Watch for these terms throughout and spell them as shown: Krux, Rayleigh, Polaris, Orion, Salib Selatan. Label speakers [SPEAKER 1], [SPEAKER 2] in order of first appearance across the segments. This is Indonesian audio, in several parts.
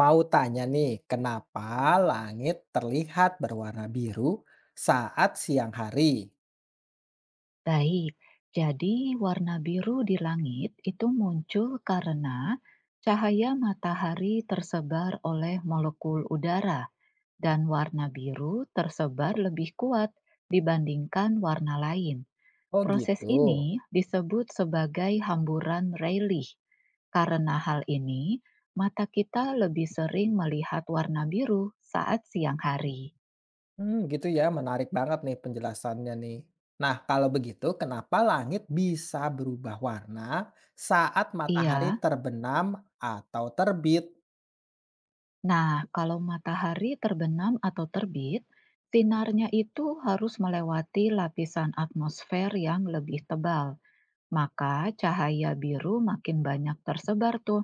[SPEAKER 1] Mau tanya nih, kenapa langit terlihat berwarna biru saat siang hari?
[SPEAKER 2] Baik, jadi warna biru di langit itu muncul karena cahaya matahari tersebar oleh molekul udara, dan warna biru tersebar lebih kuat dibandingkan warna lain.
[SPEAKER 1] Oh
[SPEAKER 2] Proses
[SPEAKER 1] gitu.
[SPEAKER 2] ini disebut sebagai hamburan Rayleigh. Karena hal ini, mata kita lebih sering melihat warna biru saat siang hari.
[SPEAKER 1] Gitu ya, menarik banget nih penjelasannya nih. Nah, kalau begitu, kenapa langit bisa berubah warna saat matahari
[SPEAKER 2] Iya.
[SPEAKER 1] terbenam atau terbit?
[SPEAKER 2] Nah, kalau matahari terbenam atau terbit, sinarnya itu harus melewati lapisan atmosfer yang lebih tebal. Maka cahaya biru makin banyak tersebar tuh,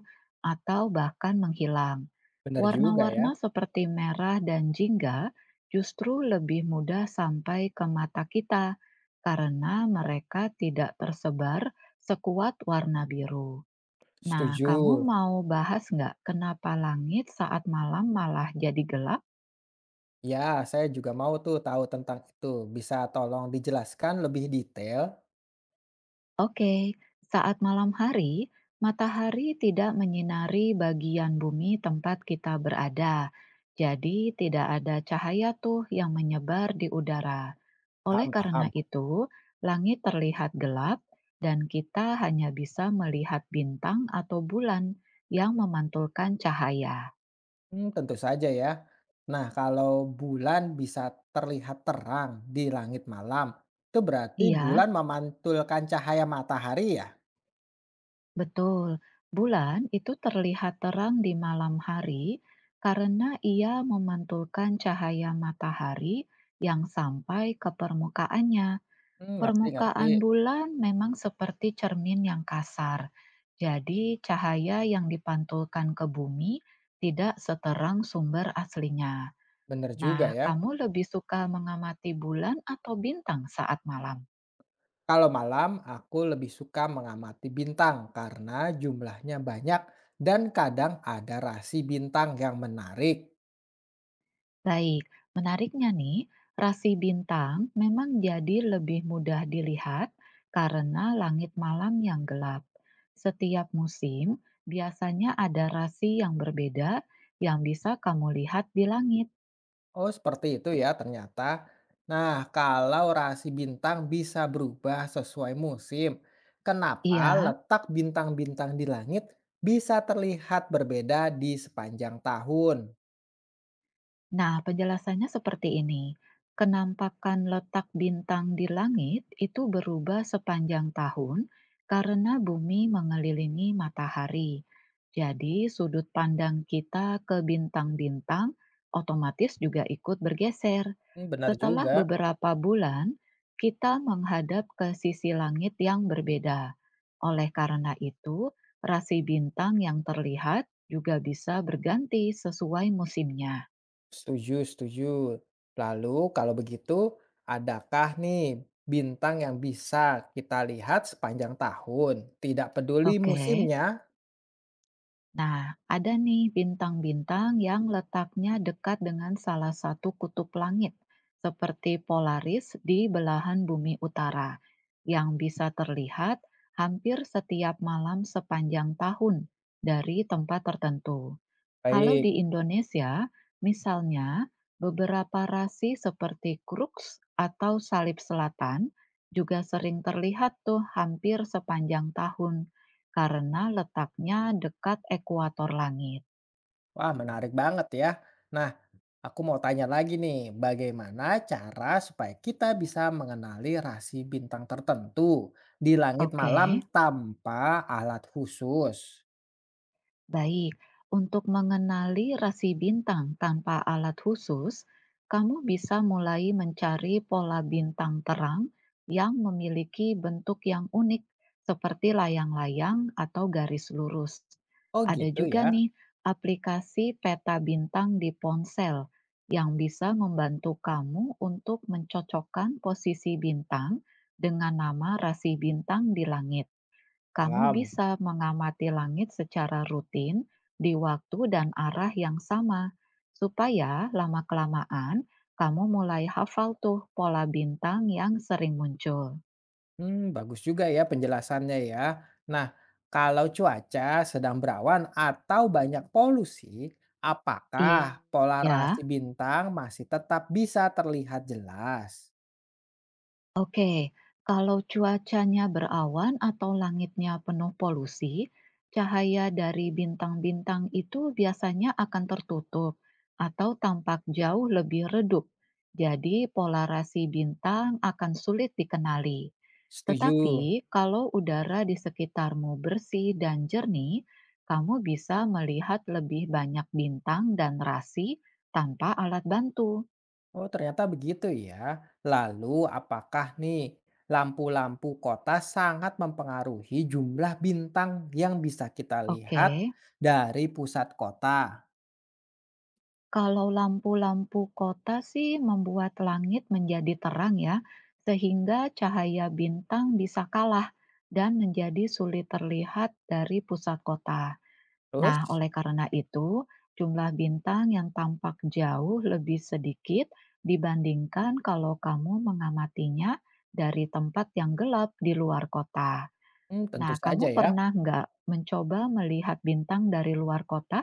[SPEAKER 2] atau bahkan menghilang.
[SPEAKER 1] Bener juga ya.
[SPEAKER 2] Warna-warna seperti merah dan jingga justru lebih mudah sampai ke mata kita karena mereka tidak tersebar sekuat warna biru. Nah, kamu
[SPEAKER 1] Setuju.
[SPEAKER 2] mau bahas nggak kenapa langit saat malam malah jadi gelap?
[SPEAKER 1] Ya, saya juga mau tuh tahu tentang itu. Bisa tolong dijelaskan lebih detail?
[SPEAKER 2] Oke, saat malam hari, matahari tidak menyinari bagian bumi tempat kita berada. Jadi, tidak ada cahaya tuh yang menyebar di udara. Oleh
[SPEAKER 1] Paham,
[SPEAKER 2] karena
[SPEAKER 1] paham.
[SPEAKER 2] itu, langit terlihat gelap dan kita hanya bisa melihat bintang atau bulan yang memantulkan cahaya.
[SPEAKER 1] Tentu saja ya. Nah, kalau bulan bisa terlihat terang di langit malam, itu berarti
[SPEAKER 2] Iya,
[SPEAKER 1] bulan memantulkan cahaya matahari ya?
[SPEAKER 2] betul, bulan itu terlihat terang di malam hari karena ia memantulkan cahaya matahari yang sampai ke permukaannya.
[SPEAKER 1] Ngerti ngerti.
[SPEAKER 2] Permukaan bulan memang seperti cermin yang kasar, jadi cahaya yang dipantulkan ke bumi tidak seterang sumber aslinya.
[SPEAKER 1] Bener
[SPEAKER 2] Nah,
[SPEAKER 1] juga ya.
[SPEAKER 2] kamu lebih suka mengamati bulan atau bintang saat malam?
[SPEAKER 1] Kalau malam aku lebih suka mengamati bintang karena jumlahnya banyak dan kadang ada rasi bintang yang menarik.
[SPEAKER 2] Baik, menariknya nih, rasi bintang memang jadi lebih mudah dilihat karena langit malam yang gelap. Setiap musim biasanya ada rasi yang berbeda yang bisa kamu lihat di langit.
[SPEAKER 1] Oh, seperti itu ya ternyata. Nah, kalau rasi bintang bisa berubah sesuai musim, kenapa
[SPEAKER 2] Iya.
[SPEAKER 1] letak bintang-bintang di langit bisa terlihat berbeda di sepanjang tahun?
[SPEAKER 2] Nah, penjelasannya seperti ini. Kenampakan letak bintang di langit itu berubah sepanjang tahun karena bumi mengelilingi matahari. Jadi, sudut pandang kita ke bintang-bintang otomatis juga ikut bergeser.
[SPEAKER 1] Benar
[SPEAKER 2] Setelah
[SPEAKER 1] juga.
[SPEAKER 2] beberapa bulan, kita menghadap ke sisi langit yang berbeda. Oleh karena itu, rasi bintang yang terlihat juga bisa berganti sesuai musimnya.
[SPEAKER 1] Setuju, setuju. Lalu, kalau begitu, adakah nih bintang yang bisa kita lihat sepanjang tahun, tidak peduli
[SPEAKER 2] Oke.
[SPEAKER 1] musimnya?
[SPEAKER 2] Nah, ada nih bintang-bintang yang letaknya dekat dengan salah satu kutub langit, seperti Polaris di belahan bumi utara, yang bisa terlihat hampir setiap malam sepanjang tahun dari tempat tertentu. Kalau
[SPEAKER 1] Baik.
[SPEAKER 2] di Indonesia, misalnya beberapa rasi seperti Krux atau Salib Selatan juga sering terlihat tuh hampir sepanjang tahun karena letaknya dekat ekuator langit.
[SPEAKER 1] Wah, menarik banget ya. Nah, aku mau tanya lagi nih, bagaimana cara supaya kita bisa mengenali rasi bintang tertentu di langit malam
[SPEAKER 2] Oke.
[SPEAKER 1] tanpa alat khusus?
[SPEAKER 2] Baik, untuk mengenali rasi bintang tanpa alat khusus, kamu bisa mulai mencari pola bintang terang yang memiliki bentuk yang unik, seperti layang-layang atau garis lurus.
[SPEAKER 1] Oh,
[SPEAKER 2] Ada
[SPEAKER 1] gitu
[SPEAKER 2] juga
[SPEAKER 1] ya.
[SPEAKER 2] nih aplikasi peta bintang di ponsel yang bisa membantu kamu untuk mencocokkan posisi bintang dengan nama rasi bintang di langit. Kamu
[SPEAKER 1] Paham.
[SPEAKER 2] bisa mengamati langit secara rutin di waktu dan arah yang sama, supaya lama-kelamaan kamu mulai hafal tuh pola bintang yang sering muncul.
[SPEAKER 1] Bagus juga ya penjelasannya ya. Nah, kalau cuaca sedang berawan atau banyak polusi, apakah pola rasi
[SPEAKER 2] Iya.
[SPEAKER 1] bintang masih tetap bisa terlihat jelas?
[SPEAKER 2] Oke, kalau cuacanya berawan atau langitnya penuh polusi, cahaya dari bintang-bintang itu biasanya akan tertutup atau tampak jauh lebih redup. Jadi, polarasi bintang akan sulit dikenali. Tetapi,
[SPEAKER 1] Setuju.
[SPEAKER 2] kalau udara di sekitarmu bersih dan jernih, kamu bisa melihat lebih banyak bintang dan rasi tanpa alat bantu.
[SPEAKER 1] Oh, ternyata begitu ya. Lalu, apakah nih lampu-lampu kota sangat mempengaruhi jumlah bintang yang bisa kita lihat
[SPEAKER 2] Oke.
[SPEAKER 1] dari pusat kota?
[SPEAKER 2] Kalau lampu-lampu kota sih membuat langit menjadi terang ya, sehingga cahaya bintang bisa kalah dan menjadi sulit terlihat dari pusat kota.
[SPEAKER 1] Terus,
[SPEAKER 2] Nah, oleh karena itu, jumlah bintang yang tampak jauh lebih sedikit dibandingkan kalau kamu mengamatinya dari tempat yang gelap di luar kota.
[SPEAKER 1] tentu
[SPEAKER 2] Nah, kamu
[SPEAKER 1] saja ya.
[SPEAKER 2] pernah nggak mencoba melihat bintang dari luar kota?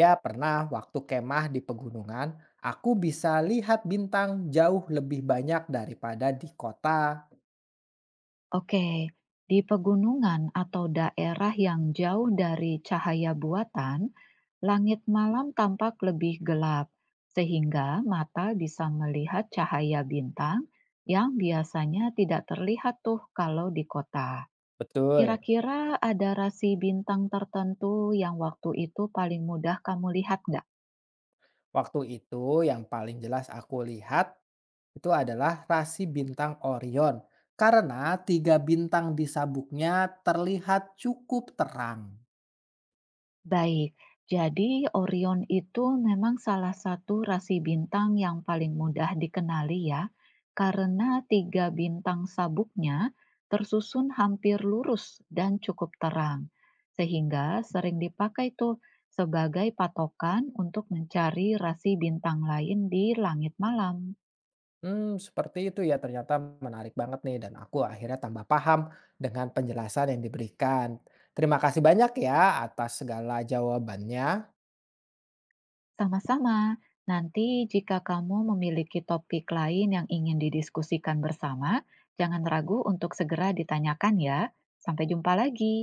[SPEAKER 1] Ya, pernah waktu kemah di pegunungan, aku bisa lihat bintang jauh lebih banyak daripada di kota.
[SPEAKER 2] Oke, di pegunungan atau daerah yang jauh dari cahaya buatan, langit malam tampak lebih gelap, sehingga mata bisa melihat cahaya bintang yang biasanya tidak terlihat tuh kalau di kota.
[SPEAKER 1] Betul.
[SPEAKER 2] Kira-kira ada rasi bintang tertentu yang waktu itu paling mudah kamu lihat nggak?
[SPEAKER 1] Waktu itu yang paling jelas aku lihat itu adalah rasi bintang Orion karena 3 bintang di sabuknya terlihat cukup terang.
[SPEAKER 2] Baik, jadi Orion itu memang salah satu rasi bintang yang paling mudah dikenali ya, karena 3 bintang sabuknya tersusun hampir lurus dan cukup terang, sehingga sering dipakai tuh sebagai patokan untuk mencari rasi bintang lain di langit malam.
[SPEAKER 1] Seperti itu ya ternyata menarik banget nih dan aku akhirnya tambah paham dengan penjelasan yang diberikan. Terima kasih banyak ya atas segala jawabannya.
[SPEAKER 2] Sama-sama. Nanti jika kamu memiliki topik lain yang ingin didiskusikan bersama, jangan ragu untuk segera ditanyakan ya. Sampai jumpa lagi.